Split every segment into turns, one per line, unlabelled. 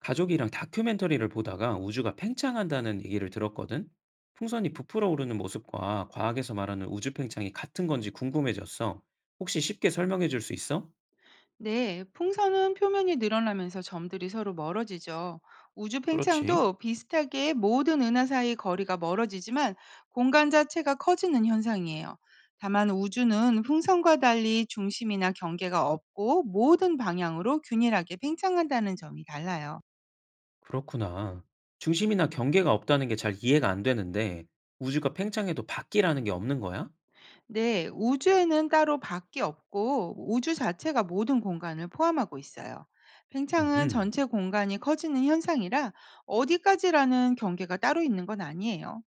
가족이랑 다큐멘터리를 보다가 우주가 팽창한다는 얘기를 들었거든? 풍선이 부풀어 오르는 모습과 과학에서 말하는 우주 팽창이 같은 건지 궁금해졌어. 혹시 쉽게 설명해 줄 수 있어?
네, 풍선은 표면이 늘어나면서 점들이 서로 멀어지죠. 우주
그렇지.
팽창도 비슷하게 모든 은하 사이 거리가 멀어지지만 공간 자체가 커지는 현상이에요. 다만 우주는 풍선과 달리 중심이나 경계가 없고 모든 방향으로 균일하게 팽창한다는 점이 달라요.
그렇구나. 중심이나 경계가 없다는 게 잘 이해가 안 되는데, 우주가 팽창해도 바퀴라는 게 없는 거야?
네. 우주에는 따로 밖이 없고 우주 자체가 모든 공간을 포함하고 있어요. 팽창은
음흠.
전체 공간이 커지는 현상이라 어디까지라는 경계가 따로 있는 건 아니에요.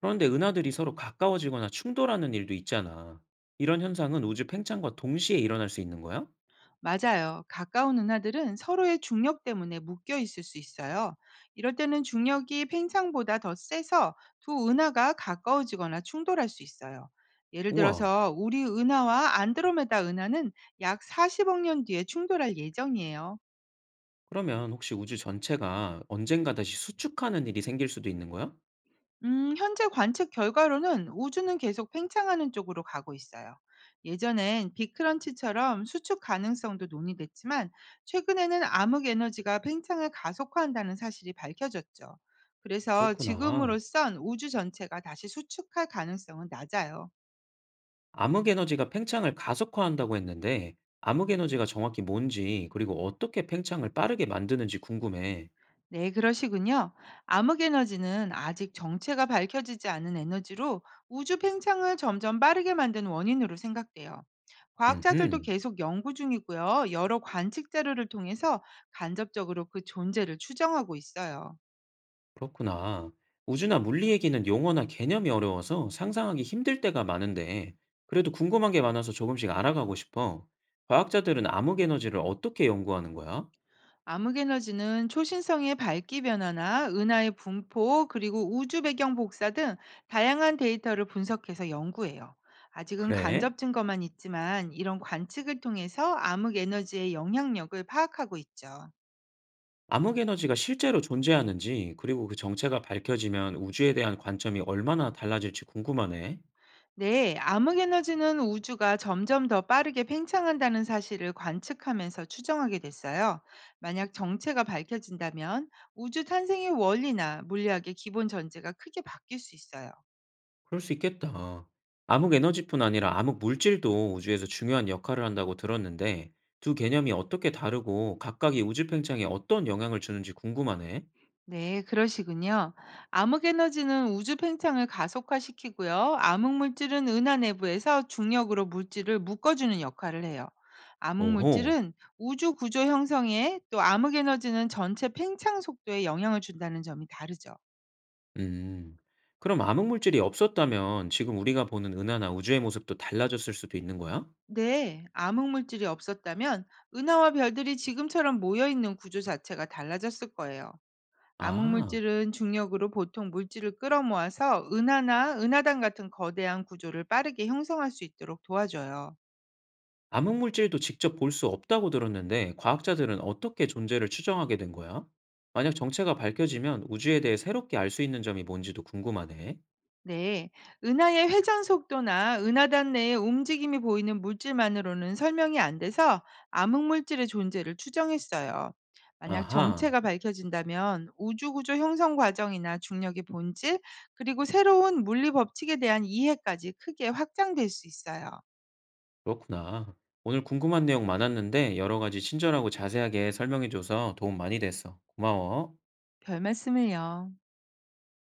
그런데 은하들이 서로 가까워지거나 충돌하는 일도 있잖아. 이런 현상은 우주 팽창과 동시에 일어날 수 있는 거야?
맞아요. 가까운 은하들은 서로의 중력 때문에 묶여 있을 수 있어요. 이럴 때는 중력이 팽창보다 더 세서 두 은하가 가까워지거나 충돌할 수 있어요. 예를
우와.
들어서 우리 은하와 안드로메다 은하는 약 40억 년 뒤에 충돌할 예정이에요.
그러면 혹시 우주 전체가 언젠가 다시 수축하는 일이 생길 수도 있는 거야?
현재 관측 결과로는 우주는 계속 팽창하는 쪽으로 가고 있어요. 예전엔 빅크런치처럼 수축 가능성도 논의됐지만 최근에는 암흑 에너지가 팽창을 가속화한다는 사실이 밝혀졌죠. 그래서
그렇구나.
지금으로선 우주 전체가 다시 수축할 가능성은 낮아요.
암흑 에너지가 팽창을 가속화한다고 했는데, 암흑 에너지가 정확히 뭔지, 그리고 어떻게 팽창을 빠르게 만드는지 궁금해.
네, 그러시군요. 암흑 에너지는 아직 정체가 밝혀지지 않은 에너지로 우주 팽창을 점점 빠르게 만든 원인으로 생각돼요. 과학자들도
음흠,
계속 연구 중이고요. 여러 관측 자료를 통해서 간접적으로 그 존재를 추정하고 있어요.
그렇구나. 우주나 물리 얘기는 용어나 개념이 어려워서 상상하기 힘들 때가 많은데, 그래도 궁금한 게 많아서 조금씩 알아가고 싶어. 과학자들은 암흑 에너지를 어떻게 연구하는 거야?
암흑 에너지는 초신성의 밝기 변화나 은하의 분포, 그리고 우주 배경 복사 등 다양한 데이터를 분석해서 연구해요. 아직은
그래?
간접 증거만 있지만 이런 관측을 통해서 암흑 에너지의 영향력을 파악하고 있죠.
암흑 에너지가 실제로 존재하는지, 그리고 그 정체가 밝혀지면 우주에 대한 관점이 얼마나 달라질지 궁금하네.
네, 암흑 에너지는 우주가 점점 더 빠르게 팽창한다는 사실을 관측하면서 추정하게 됐어요. 만약 정체가 밝혀진다면 우주 탄생의 원리나 물리학의 기본 전제가 크게 바뀔 수 있어요.
그럴 수 있겠다. 암흑 에너지뿐 아니라 암흑 물질도 우주에서 중요한 역할을 한다고 들었는데, 두 개념이 어떻게 다르고 각각이 우주 팽창에 어떤 영향을 주는지 궁금하네.
네, 그러시군요. 암흑 에너지는 우주 팽창을 가속화시키고요. 암흑 물질은 은하 내부에서 중력으로 물질을 묶어주는 역할을 해요. 암흑
오호.
물질은 우주 구조 형성에 또 암흑 에너지는 전체 팽창 속도에 영향을 준다는 점이 다르죠.
음. 그럼 암흑 물질이 없었다면 지금 우리가 보는 은하나 우주의 모습도 달라졌을 수도 있는 거야?
네, 암흑 물질이 없었다면 은하와 별들이 지금처럼 모여 있는 구조 자체가 달라졌을 거예요.
아.
암흑물질은 중력으로 보통 물질을 끌어모아서 은하나 은하단 같은 거대한 구조를 빠르게 형성할 수 있도록 도와줘요.
암흑 물질도 직접 볼 수 없다고 들었는데 과학자들은 어떻게 존재를 추정하게 된 거야? 만약 정체가 밝혀지면 우주에 대해 새롭게 알 수 있는 점이 뭔지도 궁금하네.
네, 은하의 회전 속도나 은하단 내의 움직임이 보이는 물질만으로는 설명이 안 돼서 암흑물질의 존재를 추정했어요. 만약
아하,
정체가 밝혀진다면 우주구조 형성 과정이나 중력의 본질, 그리고 새로운 물리 법칙에 대한 이해까지 크게 확장될 수 있어요.
그렇구나. 오늘 궁금한 내용 많았는데 여러 가지 친절하고 자세하게 설명해줘서 도움 많이 됐어. 고마워.
별 말씀을요.